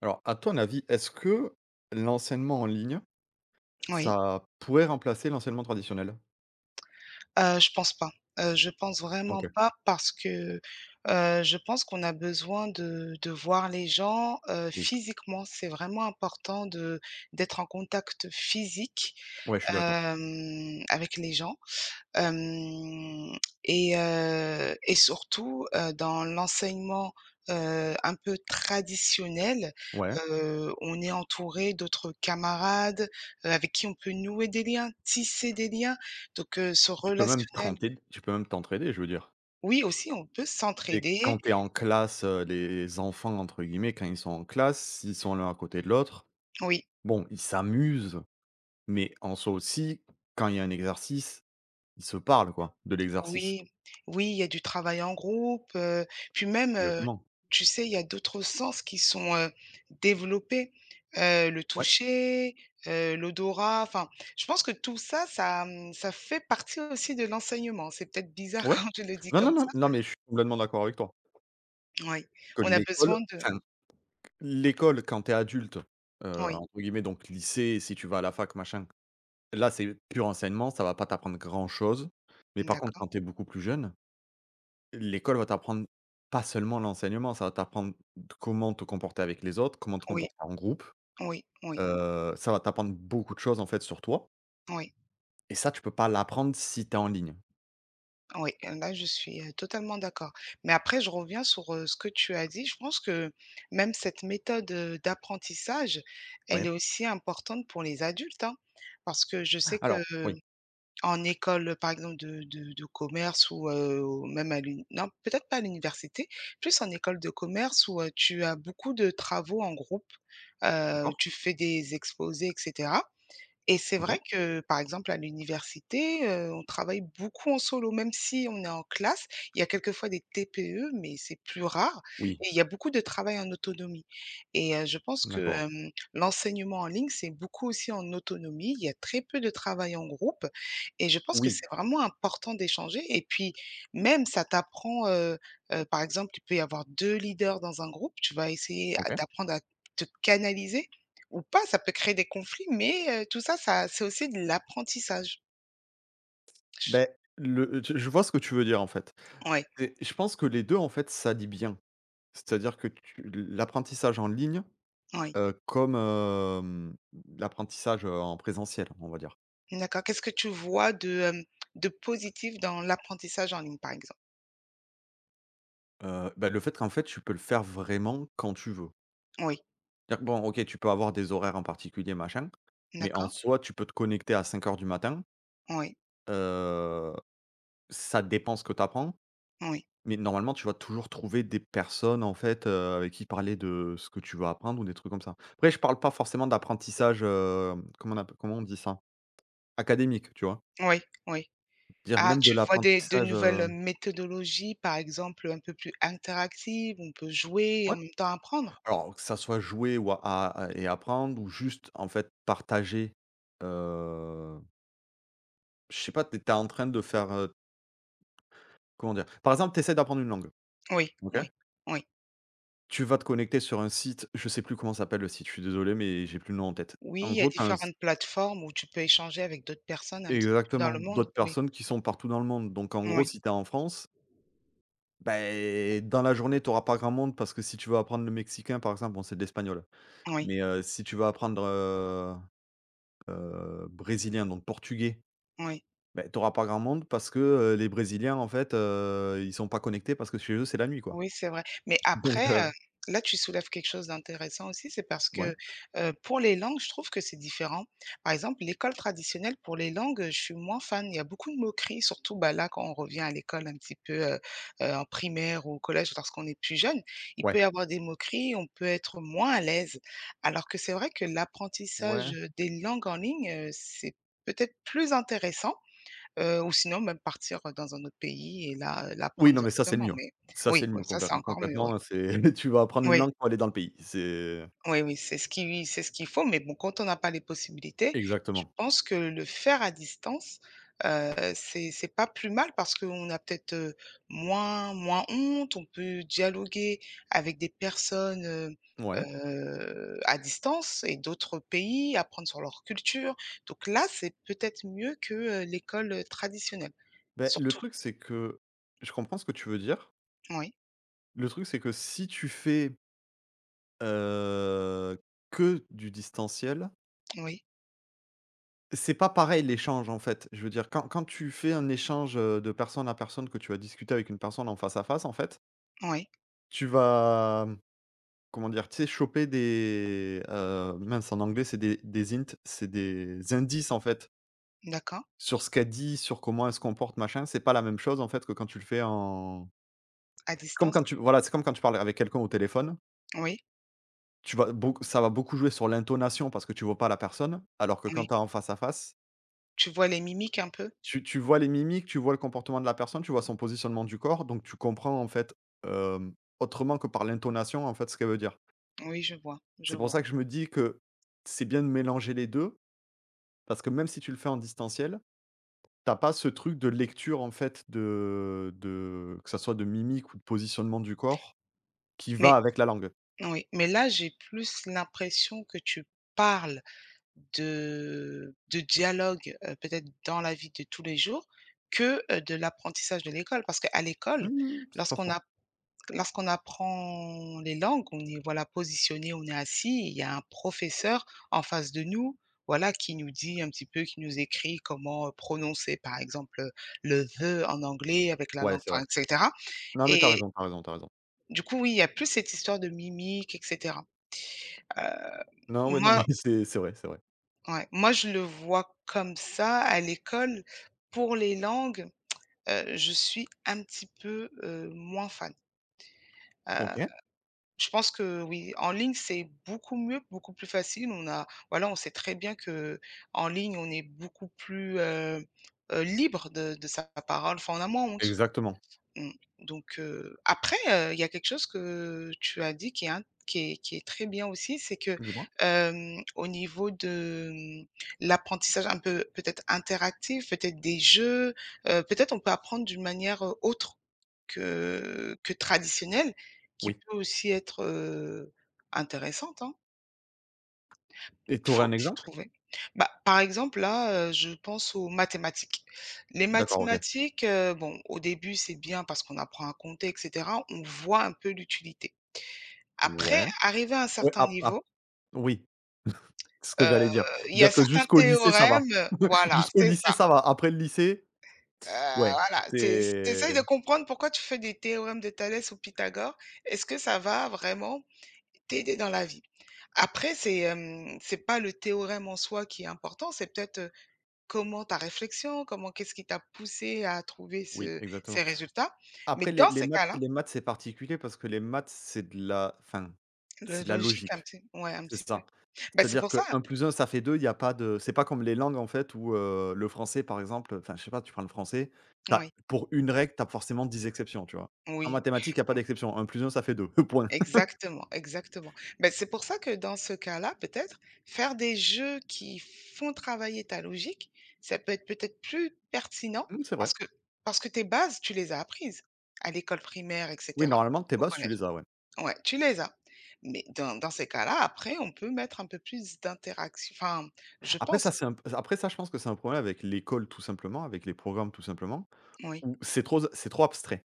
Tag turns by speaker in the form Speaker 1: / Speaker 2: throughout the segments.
Speaker 1: Alors, à ton avis, est-ce que l'enseignement en ligne,
Speaker 2: Oui,
Speaker 1: ça pourrait remplacer l'enseignement traditionnel?
Speaker 2: je pense pas. Je pense
Speaker 1: OK,
Speaker 2: vraiment pas parce que, je pense qu'on a besoin de voir les gens,
Speaker 1: oui.
Speaker 2: physiquement. C'est vraiment important de d'être en contact physique,
Speaker 1: Ouais, je suis d'accord.
Speaker 2: avec les gens. Hem Et surtout, dans l'enseignement, un peu traditionnel,
Speaker 1: Ouais.
Speaker 2: on est entouré d'autres camarades, avec qui on peut nouer des liens, tisser des liens. Donc, ce
Speaker 1: Tu peux même
Speaker 2: relationnel
Speaker 1: t'entraider tu peux même t'entraider, je veux dire.
Speaker 2: oui aussi, on peut
Speaker 1: C'est
Speaker 2: s'entraider.
Speaker 1: quand tu es en classe, les «enfants» entre guillemets, quand ils sont en classe, ils sont l'un à côté de l'autre,
Speaker 2: Oui.
Speaker 1: bon, ils s'amusent, mais en soi aussi, quand il y a un exercice, ils se parlent quoi, de l'exercice.
Speaker 2: Oui, oui, il y a du travail en groupe, puis même,
Speaker 1: Exactement.
Speaker 2: tu sais, il y a d'autres sens qui sont, développés, le
Speaker 1: Ouais,
Speaker 2: toucher, l'odorat, enfin, je pense que tout ça, ça, ça fait partie aussi de l'enseignement. C'est peut-être bizarre
Speaker 1: ouais.
Speaker 2: quand je le dis
Speaker 1: Non, non,
Speaker 2: comme
Speaker 1: non,
Speaker 2: ça.
Speaker 1: non, mais je suis complètement d'accord avec toi.
Speaker 2: Oui,
Speaker 1: Que
Speaker 2: on a besoin
Speaker 1: l'école
Speaker 2: de
Speaker 1: enfin L'école quand t'es adulte,
Speaker 2: oui,
Speaker 1: entre guillemets donc lycée, si tu vas à la fac machin, là c'est pur enseignement, ça va pas t'apprendre grand chose. Mais par contre
Speaker 2: d'accord.
Speaker 1: quand t'es beaucoup plus jeune, l'école va t'apprendre pas seulement l'enseignement, ça va t'apprendre d comment te comporter avec les autres, comment te
Speaker 2: Oui,
Speaker 1: comporter en groupe,
Speaker 2: oui, oui, oui,
Speaker 1: ça va t'apprendre beaucoup de choses en fait sur toi
Speaker 2: oui.
Speaker 1: et ça tu peux pas l'apprendre si t'es en ligne,
Speaker 2: Oui, là, je suis, totalement d'accord. Mais après, je reviens sur, ce que tu as dit. Je pense que même cette méthode, d'apprentissage, elle
Speaker 1: ouais.
Speaker 2: est aussi importante pour les adultes, hein. Parce que je sais que
Speaker 1: Alors oui,
Speaker 2: en école, par exemple, de commerce ou même à l'uni non, peut-être pas à l'université, plus en école de commerce où, tu as beaucoup de travaux en groupe,
Speaker 1: d'accord,
Speaker 2: tu fais des exposés etc. Et c'est
Speaker 1: OK.
Speaker 2: vrai que, par exemple, à l'université, on travaille beaucoup en solo, même si on est en classe, il y a quelquefois des TPE, mais c'est plus rare
Speaker 1: Oui,
Speaker 2: et il y a beaucoup de travail en autonomie et je pense que,
Speaker 1: d'accord, OK.
Speaker 2: l'enseignement en ligne, c'est beaucoup aussi en autonomie. Il y a très peu de travail en groupe et je pense que
Speaker 1: Oui,
Speaker 2: c'est vraiment important d'échanger et puis même ça t'apprend, par exemple, il peut y avoir 2 leaders dans un groupe, tu vas essayer à
Speaker 1: OK.
Speaker 2: d'apprendre à te canaliser ou pas, ça peut créer des conflits, mais tout ça, ça c'est aussi de l'apprentissage.
Speaker 1: Ben le je vois ce que tu veux dire en fait.
Speaker 2: Oui,
Speaker 1: Et je pense que les 2 en fait ça dit bien. C'est-à-dire que tu l'apprentissage en ligne, comme, l'apprentissage, en présentiel, on va dire.
Speaker 2: oui. D'accord. Qu'est-ce que tu vois de, de positif dans l'apprentissage en ligne, par exemple?
Speaker 1: Bah, le fait qu'en fait, tu peux le faire vraiment quand tu veux.
Speaker 2: Oui,
Speaker 1: C'est-à-dire que bon, OK, tu peux avoir des horaires en particulier, machin, mais en
Speaker 2: d'accord.
Speaker 1: soi, tu peux te connecter à 5 heures du matin,
Speaker 2: Oui,
Speaker 1: heu, ça dépend ce que tu apprends,
Speaker 2: oui,
Speaker 1: mais normalement, tu vas toujours trouver des personnes, en fait, avec qui parler de ce que tu veux apprendre ou des trucs comme ça. Après, je parle pas forcément d'apprentissage, comment on dit ça? Académique, tu vois?
Speaker 2: oui, oui.
Speaker 1: Dire
Speaker 2: Ah,
Speaker 1: même de
Speaker 2: tu vois des de
Speaker 1: l'apprentissage,
Speaker 2: nouvelles, méthodologies, par exemple, un peu plus interactives, on peut jouer et
Speaker 1: ouais,
Speaker 2: en même temps apprendre?
Speaker 1: alors que ça soit jouer ou à et apprendre ou juste en fait partager, heu, je sais pas, tu es en train de faire, comment dire? Par exemple, tu essaies d'apprendre une langue,
Speaker 2: Oui,
Speaker 1: OK?
Speaker 2: oui, oui.
Speaker 1: Tu vas te connecter sur un site, je sais plus comment s'appelle le site, je suis désolé, mais j'ai plus le nom en tête.
Speaker 2: Oui,
Speaker 1: En
Speaker 2: il y a
Speaker 1: gros, tu as si
Speaker 2: différentes plateformes où tu peux échanger avec d'autres personnes un petit peu dans
Speaker 1: exactement,
Speaker 2: le monde.
Speaker 1: d'autres
Speaker 2: Oui,
Speaker 1: personnes qui sont partout dans le monde, donc en gros,
Speaker 2: oui,
Speaker 1: si tu es en France, ben dans la journée, tu auras pas grand monde parce que si tu veux apprendre le mexicain, par exemple, bon, c'est de l'espagnol,
Speaker 2: oui,
Speaker 1: mais si tu veux apprendre, brésiliens, donc portugais,
Speaker 2: oui.
Speaker 1: beh, tu pas grand monde parce que, les brésiliens, en fait, ils sont pas connectés parce que chez eux, c'est la nuit, quoi.
Speaker 2: Oui, c'est vrai. Mais
Speaker 1: Donc
Speaker 2: après, là, tu soulèves quelque chose d'intéressant aussi, c'est parce
Speaker 1: ouais,
Speaker 2: que, pour les langues, je trouve que c'est différent. Par exemple, l'école traditionnelle, pour les langues, je suis moins fan. Il y a beaucoup de moqueries, surtout, bah, là, quand on revient à l'école un petit peu, en primaire ou au collège, lorsqu'on est plus jeune, il
Speaker 1: ouais.
Speaker 2: peut y avoir des moqueries, on peut être moins à l'aise. Alors que c'est vrai que l'apprentissage,
Speaker 1: Ouais.
Speaker 2: des langues en ligne, c'est peut-être plus intéressant. Ou sinon même partir, dans un autre pays et là,
Speaker 1: Oui,
Speaker 2: l'apprendre
Speaker 1: non, mais ça, c'est le
Speaker 2: directement,
Speaker 1: mieux.
Speaker 2: mais
Speaker 1: Ça,
Speaker 2: oui,
Speaker 1: c'est le
Speaker 2: oui,
Speaker 1: mieux
Speaker 2: ça,
Speaker 1: concrè
Speaker 2: c'est encore mieux, oui.
Speaker 1: concrètement, c'est tu vas apprendre une
Speaker 2: Oui,
Speaker 1: langue pour aller dans le pays. C'est
Speaker 2: oui, oui, c'est ce qui c'est ce qu'il faut, mais bon, quand on n'a pas les possibilités, je
Speaker 1: exactement.
Speaker 2: pense que le faire à distance, c'est pas plus mal parce qu'on a peut-être, moins honte, on peut dialoguer avec des personnes,
Speaker 1: Ouais.
Speaker 2: à distance et d'autres pays, apprendre sur leur culture, donc là, c'est peut-être mieux que, l'école, traditionnelle,
Speaker 1: Beh, le
Speaker 2: surtout.
Speaker 1: truc, c'est que je comprends ce que tu veux dire.
Speaker 2: Oui.
Speaker 1: Le truc, c'est que si tu fais, heu, que du distanciel.
Speaker 2: Oui,
Speaker 1: C'est pas pareil l'échange en fait. Je veux dire quand tu fais un échange, de personne à personne, que tu vas discuter avec une personne en face à face en fait,
Speaker 2: oui,
Speaker 1: tu vas, comment dire? Tu sais choper des, mince en anglais c'est des indices en fait,
Speaker 2: d'accord.
Speaker 1: sur ce qu'elle dit, sur comment elle se comporte machin. C'est pas la même chose en fait que quand tu le fais en
Speaker 2: À
Speaker 1: comme
Speaker 2: distance?
Speaker 1: quand tu voilà, c'est comme quand tu parles avec quelqu'un au téléphone,
Speaker 2: Oui,
Speaker 1: tu vas beaucoup ça va beaucoup jouer sur l'intonation parce que tu vois pas la personne, alors que quand
Speaker 2: oui.
Speaker 1: tu es en face à face.
Speaker 2: Tu vois les mimiques un peu?
Speaker 1: Tu vois les mimiques, tu vois le comportement de la personne, tu vois son positionnement du corps, donc tu comprends en fait, hem, autrement que par l'intonation en fait ce qu'elle veut dire.
Speaker 2: Oui, je vois, je
Speaker 1: C'est pour
Speaker 2: vois.
Speaker 1: ça que je me dis que c'est bien de mélanger les 2 parce que même si tu le fais en distanciel, t'as pas ce truc de lecture en fait de que ça soit de mimique ou de positionnement du corps qui
Speaker 2: Mais
Speaker 1: va avec la langue.
Speaker 2: oui, mais là, j'ai plus l'impression que tu parles de dialogue, peut-être dans la vie de tous les jours que, de l'apprentissage de l'école. Parce qu'à
Speaker 1: Mmh,
Speaker 2: l'école,
Speaker 1: mmh, c'est pas
Speaker 2: lorsqu'on
Speaker 1: faux.
Speaker 2: lorsqu'on apprend les langues, on est voilà positionné, on est assis et il y a un professeur en face de nous, voilà, qui nous dit un petit peu, qui nous écrit comment, prononcer par exemple, le the en anglais avec la
Speaker 1: Ouais,
Speaker 2: langue
Speaker 1: c'est vrai.
Speaker 2: enfin et cetera
Speaker 1: Non, mais t'as
Speaker 2: et
Speaker 1: raison, t'as raison, t'as raison.
Speaker 2: du coup, oui, il y a plus cette histoire de mimique et cetera. Heu,
Speaker 1: Non, ouais, non, mais
Speaker 2: Moi,
Speaker 1: c'est vrai, c'est vrai.
Speaker 2: ouais, moi je le vois comme ça à l'école. Pour les langues, je suis un petit peu, moins fan. Heu
Speaker 1: OK,
Speaker 2: Je pense que oui, en ligne, c'est beaucoup mieux, beaucoup plus facile. On a voilà, on sait très bien que en ligne, on est beaucoup plus, libre de sa parole. Enfin, on a moins honte.
Speaker 1: exactement.
Speaker 2: Mmh. Donc après, il y a quelque chose que tu as dit qui est int qui est très bien aussi, c'est que,
Speaker 1: Dis-moi?
Speaker 2: au niveau de, l'apprentissage un peu peut-être interactif, peut-être des jeux, peut-être on peut apprendre d'une manière, autre que traditionnelle, qui
Speaker 1: Oui
Speaker 2: peut aussi être, intéressante, hein.
Speaker 1: et
Speaker 2: Il
Speaker 1: t'aurais
Speaker 2: faut
Speaker 1: un
Speaker 2: il faut
Speaker 1: exemple?
Speaker 2: trouver. Bah, par exemple, là, je pense aux mathématiques. Les
Speaker 1: D'accord, OK.
Speaker 2: mathématiques, bon, au début, c'est bien parce qu'on apprend à compter et cetera, on voit un peu l'utilité. Après,
Speaker 1: Ouais.
Speaker 2: arrivé à un
Speaker 1: Ouais,
Speaker 2: certain
Speaker 1: ap ap
Speaker 2: niveau,
Speaker 1: oui, c'est ce que
Speaker 2: heu,
Speaker 1: j'allais dire.
Speaker 2: il y a
Speaker 1: Dire que
Speaker 2: certains
Speaker 1: jusqu'au lycée, ça va.
Speaker 2: théorèmes voilà,
Speaker 1: Jusqu'au
Speaker 2: c'est
Speaker 1: lycée,
Speaker 2: ça.
Speaker 1: ça va. Après le lycée,
Speaker 2: Heu,
Speaker 1: ouais,
Speaker 2: voilà, tu essaies de
Speaker 1: c'est
Speaker 2: comprendre pourquoi tu fais des théorèmes de Thalès ou Pythagore. Est-ce que ça va vraiment t'aider dans la vie? Après, c'est, c'est pas le théorème en soi qui est important, c'est peut-être, comment ta réflexion, comment qu'est-ce qui t'a poussé à trouver
Speaker 1: oui,
Speaker 2: ce
Speaker 1: exactement.
Speaker 2: ces résultats? Mais
Speaker 1: Après les
Speaker 2: dans
Speaker 1: les
Speaker 2: ces
Speaker 1: maths
Speaker 2: cas-là,
Speaker 1: les maths, c'est particulier parce que les maths, c'est de la enfin,
Speaker 2: le
Speaker 1: c'est de la
Speaker 2: logique un
Speaker 1: logique,
Speaker 2: petit ouais, un
Speaker 1: c'est
Speaker 2: petit peu.
Speaker 1: ça.
Speaker 2: Ben c'est
Speaker 1: C'est-à-dire
Speaker 2: pour ça
Speaker 1: que un plus un ça fait 2, il y a pas de c'est pas comme les langues en fait où, le français par exemple, enfin je sais pas, tu prends le français, t'as
Speaker 2: oui,
Speaker 1: pour une règle, t'as forcément 10 exceptions, tu vois? En
Speaker 2: oui, oui,
Speaker 1: mathématiques, il y a pas d'exception. Un plus un ça fait 2, point.
Speaker 2: exactement, exactement. Ben c'est pour ça que dans ce cas-là, peut-être, faire des jeux qui font travailler ta logique, ça peut être peut-être plus pertinent
Speaker 1: Mmh, c'est vrai.
Speaker 2: parce que tes bases, tu les as apprises à l'école primaire et
Speaker 1: Oui,
Speaker 2: cetera,
Speaker 1: normalement tes
Speaker 2: au
Speaker 1: bases, tu
Speaker 2: collège.
Speaker 1: les as, ouais.
Speaker 2: Ouais, tu les as. Mais dans ces cas-là, après, on peut mettre un peu plus d'interaction enfin, je
Speaker 1: Après ça,
Speaker 2: pense.
Speaker 1: c'est un p après ça, je pense que c'est un problème avec l'école tout simplement, avec les programmes tout simplement,
Speaker 2: Oui,
Speaker 1: où c'est trop abstrait.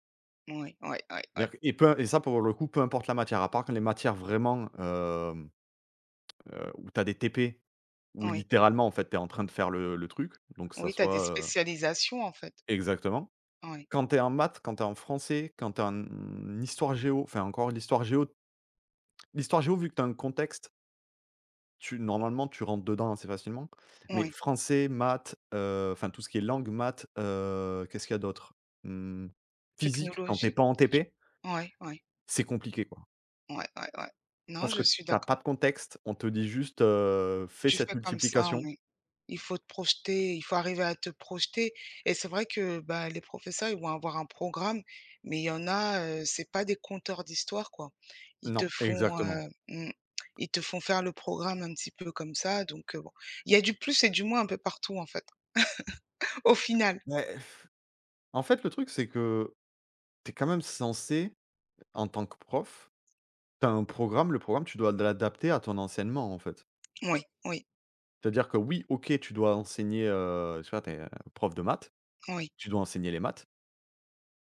Speaker 2: oui, oui, oui, oui,
Speaker 1: C'est-à-dire et ça pour le coup, peu importe la matière, à part que les matières vraiment, où tu as des TP, où
Speaker 2: oui.
Speaker 1: littéralement en fait, tu es en train de faire le truc, donc que ça
Speaker 2: Oui, tu as des
Speaker 1: soit,
Speaker 2: spécialisations, en fait.
Speaker 1: exactement.
Speaker 2: Oui,
Speaker 1: Quand tu es en maths, quand tu es en français, quand tu es en histoire géo, enfin encore l'histoire géo vu que tu as un contexte. Tu normalement, tu rentres dedans assez facilement, mais
Speaker 2: oui.
Speaker 1: français, maths, enfin tout ce qui est langue, maths, qu'est-ce qu'il y a d'autre? Mmh, physique, quand t'es
Speaker 2: Technologie,
Speaker 1: pas en
Speaker 2: peut-être, je
Speaker 1: TP,
Speaker 2: oui, oui,
Speaker 1: c'est compliqué, quoi.
Speaker 2: oui, oui. Ouais. Non,
Speaker 1: Parce que
Speaker 2: je suis
Speaker 1: t'as pas
Speaker 2: d'accord.
Speaker 1: de contexte, on te dit juste: «Fais
Speaker 2: Tu
Speaker 1: cette
Speaker 2: fais comme ça,
Speaker 1: multiplication».
Speaker 2: oui. Il faut te projeter, il faut arriver à te projeter et c'est vrai que, bah, les professeurs, ils vont avoir un programme, mais il y en a, c'est pas des conteurs d'histoire, quoi. Ils te
Speaker 1: Non,
Speaker 2: font,
Speaker 1: exactement.
Speaker 2: heu, mmh, ils te font faire le programme un petit peu comme ça, donc bon. Il y a du plus et du moins un peu partout, en fait, au final.
Speaker 1: Mais en fait, le truc, c'est que t'es quand même censé, en tant que prof. T'as un programme, le programme, tu dois l'adapter à ton enseignement, en fait.
Speaker 2: Oui, oui,
Speaker 1: C'est-à-dire que oui, OK, tu dois enseigner, je sais pas, tu es, prof de maths,
Speaker 2: oui,
Speaker 1: tu dois enseigner les maths,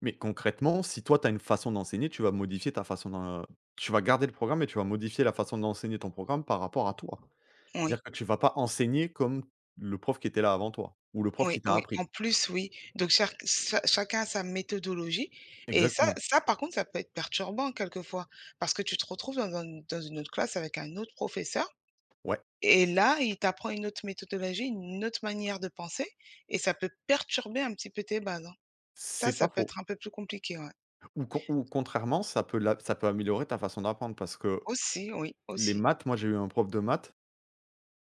Speaker 1: mais concrètement, si toi, tu as une façon d'enseigner, tu vas modifier ta façon d'en tu vas garder le programme et tu vas modifier la façon d'enseigner ton programme par rapport à toi. C'est-à-dire
Speaker 2: oui.
Speaker 1: que tu vas pas enseigner comme le prof qui était là avant toi ou le prof
Speaker 2: Oui,
Speaker 1: qui t'a
Speaker 2: oui,
Speaker 1: appris.
Speaker 2: en plus, oui. Donc chaque cha chacun a sa méthodologie et ça
Speaker 1: Exactement.
Speaker 2: ça par contre, ça peut être perturbant quelquefois parce que tu te retrouves dans une autre classe avec un autre professeur
Speaker 1: Ouais,
Speaker 2: et là, il t'apprend une autre méthodologie, une autre manière de penser et ça peut perturber un petit peu tes bases, hein.
Speaker 1: c'est
Speaker 2: Ça,
Speaker 1: pas
Speaker 2: ça peut
Speaker 1: faux.
Speaker 2: être un peu plus compliqué, ouais.
Speaker 1: Ou contrairement, ça peut améliorer ta façon d'apprendre parce que
Speaker 2: Aussi, oui,
Speaker 1: les
Speaker 2: aussi.
Speaker 1: maths, moi, j'ai eu un prof de maths.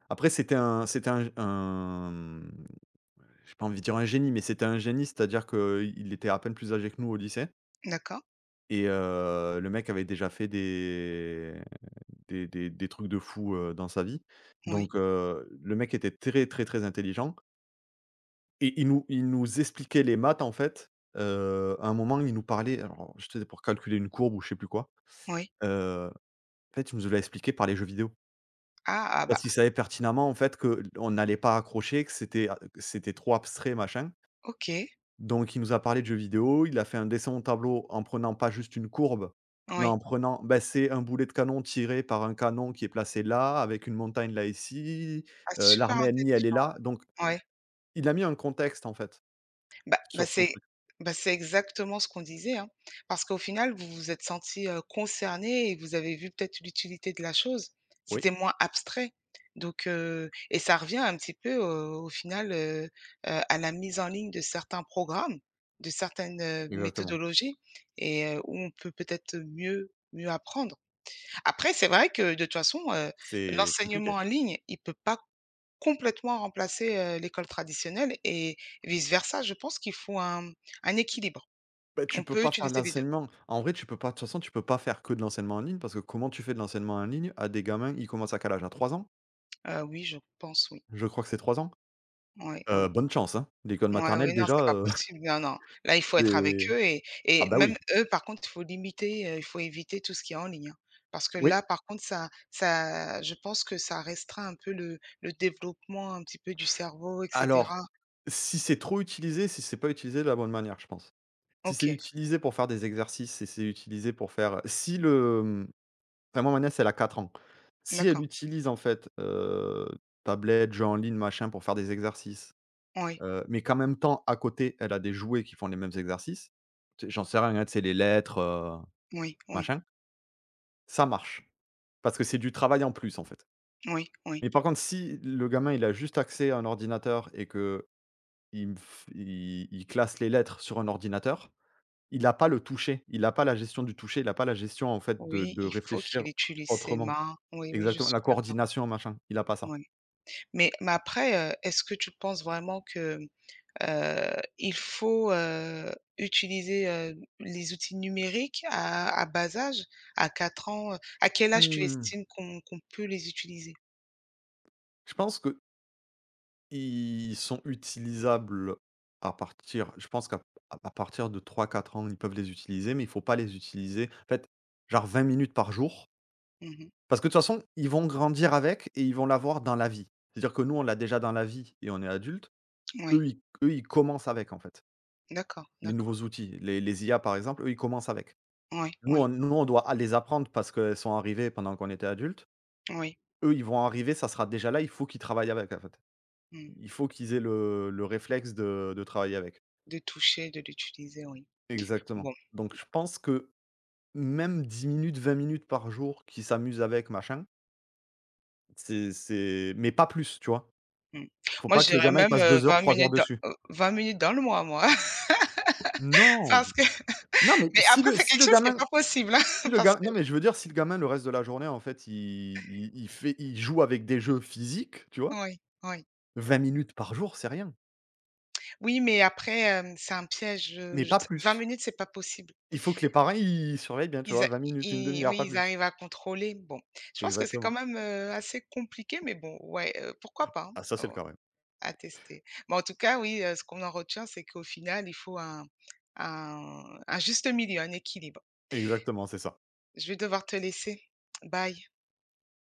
Speaker 1: Après, c'était un g un, j'ai pas envie de dire un génie, mais c'était un génie, c'est-à-dire qu'il était à peine plus âgé que nous au lycée.
Speaker 2: D'accord.
Speaker 1: Et le mec avait déjà fait des trucs de fou, dans sa vie.
Speaker 2: Oui,
Speaker 1: Donc le mec était très, très, très intelligent. Et il nous expliquait les maths, en fait, à un moment, il nous parlait alors, c'était pour calculer une courbe ou je sais plus quoi,
Speaker 2: oui.
Speaker 1: heu, en fait, il nous l'a expliqué par les jeux vidéo.
Speaker 2: Ah, ah
Speaker 1: Parce
Speaker 2: bah,
Speaker 1: qu'il savait pertinemment, en fait, qu'on n'allait pas accrocher, que c'était trop abstrait, machin.
Speaker 2: OK.
Speaker 1: Donc il nous a parlé de jeux vidéo, il a fait un dessin au tableau en prenant pas juste une courbe, mais
Speaker 2: Oui.
Speaker 1: en prenant, bah, c'est un boulet de canon tiré par un canon qui est placé là, avec une montagne là ici,
Speaker 2: Ah, super
Speaker 1: l'armée ennemie elle est
Speaker 2: intelligent,
Speaker 1: là, donc
Speaker 2: ouais. Ouais.
Speaker 1: il a mis un contexte en fait,
Speaker 2: Bah bah,
Speaker 1: sur son
Speaker 2: c'est
Speaker 1: truc.
Speaker 2: bah, c'est exactement ce qu'on disait, hein. Parce qu'au final, vous vous êtes senti concernés et vous avez vu peut-être l'utilité de la chose.
Speaker 1: Oui,
Speaker 2: C'était moins abstrait. Donc et ça revient un petit peu au final, à la mise en ligne de certains programmes, de certaines,
Speaker 1: exactement.
Speaker 2: méthodologies et où on peut peut-être mieux apprendre. Après, c'est vrai que de toute façon,
Speaker 1: C'est
Speaker 2: l'enseignement
Speaker 1: compliqué.
Speaker 2: en ligne, il peut pas complètement remplacer, l'école traditionnelle et vice versa. Je pense qu'il faut un équilibre.
Speaker 1: Bah, tu
Speaker 2: On
Speaker 1: peux
Speaker 2: peut
Speaker 1: pas faire de
Speaker 2: utiliser les deux.
Speaker 1: l'enseignement. En vrai, tu peux pas de toute façon, tu peux pas faire que de l'enseignement en ligne parce que comment tu fais de l'enseignement en ligne à des gamins? Ils commencent à quel âge? À 3 ans?
Speaker 2: Oui, je pense oui.
Speaker 1: Je crois que c'est 3 ans?
Speaker 2: Oui
Speaker 1: Heu,
Speaker 2: oui.
Speaker 1: bonne chance, hein. L'école
Speaker 2: Ouais,
Speaker 1: maternelle
Speaker 2: ouais, non, c'est
Speaker 1: déjà,
Speaker 2: pas possible. Non, non. Là, il faut être avec
Speaker 1: c'est
Speaker 2: eux et
Speaker 1: ah bah
Speaker 2: même
Speaker 1: oui.
Speaker 2: eux, par contre, il faut limiter, il faut éviter tout ce qui est en ligne, hein. Parce que
Speaker 1: Oui.
Speaker 2: là, par contre, ça je pense que ça restreint un peu le développement un petit peu du cerveau et
Speaker 1: Alors,
Speaker 2: cetera.
Speaker 1: si c'est trop utilisé, si c'est pas utilisé de la bonne manière, je pense. Si c'est
Speaker 2: OK,
Speaker 1: utilisé pour faire des exercices, si c'est utilisé pour faire si le, mmh, enfin moi ma nièce elle a 4 ans. Si elle
Speaker 2: d'accord.
Speaker 1: utilise en fait, tablette, jeux en ligne, machin pour faire des exercices,
Speaker 2: Oui,
Speaker 1: mais qu'en même temps à côté elle a des jouets qui font les mêmes exercices, tu sais, j'en sais rien, hein, c'est les lettres,
Speaker 2: oui, oui,
Speaker 1: machin, ça marche. Parce que c'est du travail en plus en fait.
Speaker 2: oui, oui.
Speaker 1: Mais par contre si le gamin il a juste accès à un ordinateur et que il me f il classe les lettres sur un ordinateur. Il n'a pas le toucher, il n'a pas la gestion du toucher, il n'a pas la gestion, en fait, de
Speaker 2: Oui,
Speaker 1: de
Speaker 2: il faut
Speaker 1: réfléchir
Speaker 2: qu'il utilise ses
Speaker 1: autrement.
Speaker 2: mains. Oui, oui, je
Speaker 1: Exactement,
Speaker 2: suis
Speaker 1: la
Speaker 2: d'accord.
Speaker 1: coordination, machin, il n'a pas ça.
Speaker 2: Oui. Mais après, est-ce que tu penses vraiment que, heu, il faut, utiliser, les outils numériques à bas âge? À 4 ans, à quel âge tu
Speaker 1: Mmh.
Speaker 2: estimes qu'on peut les utiliser?
Speaker 1: Je pense que ils sont utilisables à partir je pense qu'à à partir de trois quatre ans, ils peuvent les utiliser, mais il faut pas les utiliser en fait, genre 20 minutes par jour.
Speaker 2: Mmh.
Speaker 1: Parce que de toute façon, ils vont grandir avec et ils vont l'avoir dans la vie. C'est-à-dire que nous, on l'a déjà dans la vie et on est adulte. Eux,
Speaker 2: Oui,
Speaker 1: ils commencent avec, en fait.
Speaker 2: d'accord,
Speaker 1: Les
Speaker 2: d'accord.
Speaker 1: nouveaux outils, les IA par exemple, eux, ils commencent avec.
Speaker 2: Oui,
Speaker 1: Nous
Speaker 2: oui,
Speaker 1: on nous on doit les apprendre parce qu'elles sont arrivées pendant qu'on était adultes.
Speaker 2: oui.
Speaker 1: Eux, ils vont arriver, ça sera déjà là, il faut qu'ils travaillent avec, en fait.
Speaker 2: Mmh.
Speaker 1: Il faut qu'ils aient le réflexe de travailler avec.
Speaker 2: De toucher, de l'utiliser, oui.
Speaker 1: Exactement.
Speaker 2: Bon,
Speaker 1: Donc je pense que même 10 minutes, 20 minutes par jour qu'ils s'amusent avec machin, c'est mais pas plus, tu vois?
Speaker 2: mmh.
Speaker 1: Faut
Speaker 2: Moi,
Speaker 1: pas
Speaker 2: je
Speaker 1: que le
Speaker 2: dirais
Speaker 1: gamin il
Speaker 2: même,
Speaker 1: passe 2 heures,
Speaker 2: 20
Speaker 1: 3 heures
Speaker 2: minutes dans,
Speaker 1: dessus.
Speaker 2: 20 minutes dans le mois, moi.
Speaker 1: Non,
Speaker 2: Parce que
Speaker 1: non mais
Speaker 2: Mais
Speaker 1: si
Speaker 2: après,
Speaker 1: le
Speaker 2: c'est
Speaker 1: si
Speaker 2: quelque
Speaker 1: le
Speaker 2: chose qui est
Speaker 1: gamin.
Speaker 2: pas possible,
Speaker 1: Si
Speaker 2: hein,
Speaker 1: Le
Speaker 2: parce
Speaker 1: ga
Speaker 2: que
Speaker 1: non, mais je veux dire, si le gamin, le reste de la journée, en fait, il joue avec des jeux physiques, tu vois?
Speaker 2: oui, oui.
Speaker 1: Vingt minutes par jour, c'est rien,
Speaker 2: Oui, mais après, c'est un piège,
Speaker 1: mais
Speaker 2: je
Speaker 1: pas
Speaker 2: 20
Speaker 1: plus.
Speaker 2: minutes, c'est pas possible.
Speaker 1: Il faut que les parents, ils surveillent bien, tu
Speaker 2: Ils
Speaker 1: vois?
Speaker 2: a
Speaker 1: Vingt minutes, une demi
Speaker 2: ils
Speaker 1: heure, pas
Speaker 2: Oui, ils
Speaker 1: plus.
Speaker 2: arrivent à contrôler. Bon, je pense que c'est quand
Speaker 1: Exactement.
Speaker 2: même, assez compliqué, mais bon, ouais, pourquoi pas, hein,
Speaker 1: Ah ça, c'est
Speaker 2: ah
Speaker 1: le
Speaker 2: ouais,
Speaker 1: cas, ouais.
Speaker 2: à tester. Mais en tout cas, oui, ce qu'on en retient, c'est qu'au final, il faut un juste milieu, un équilibre.
Speaker 1: Exactement, c'est ça.
Speaker 2: Je vais devoir te laisser. Bye.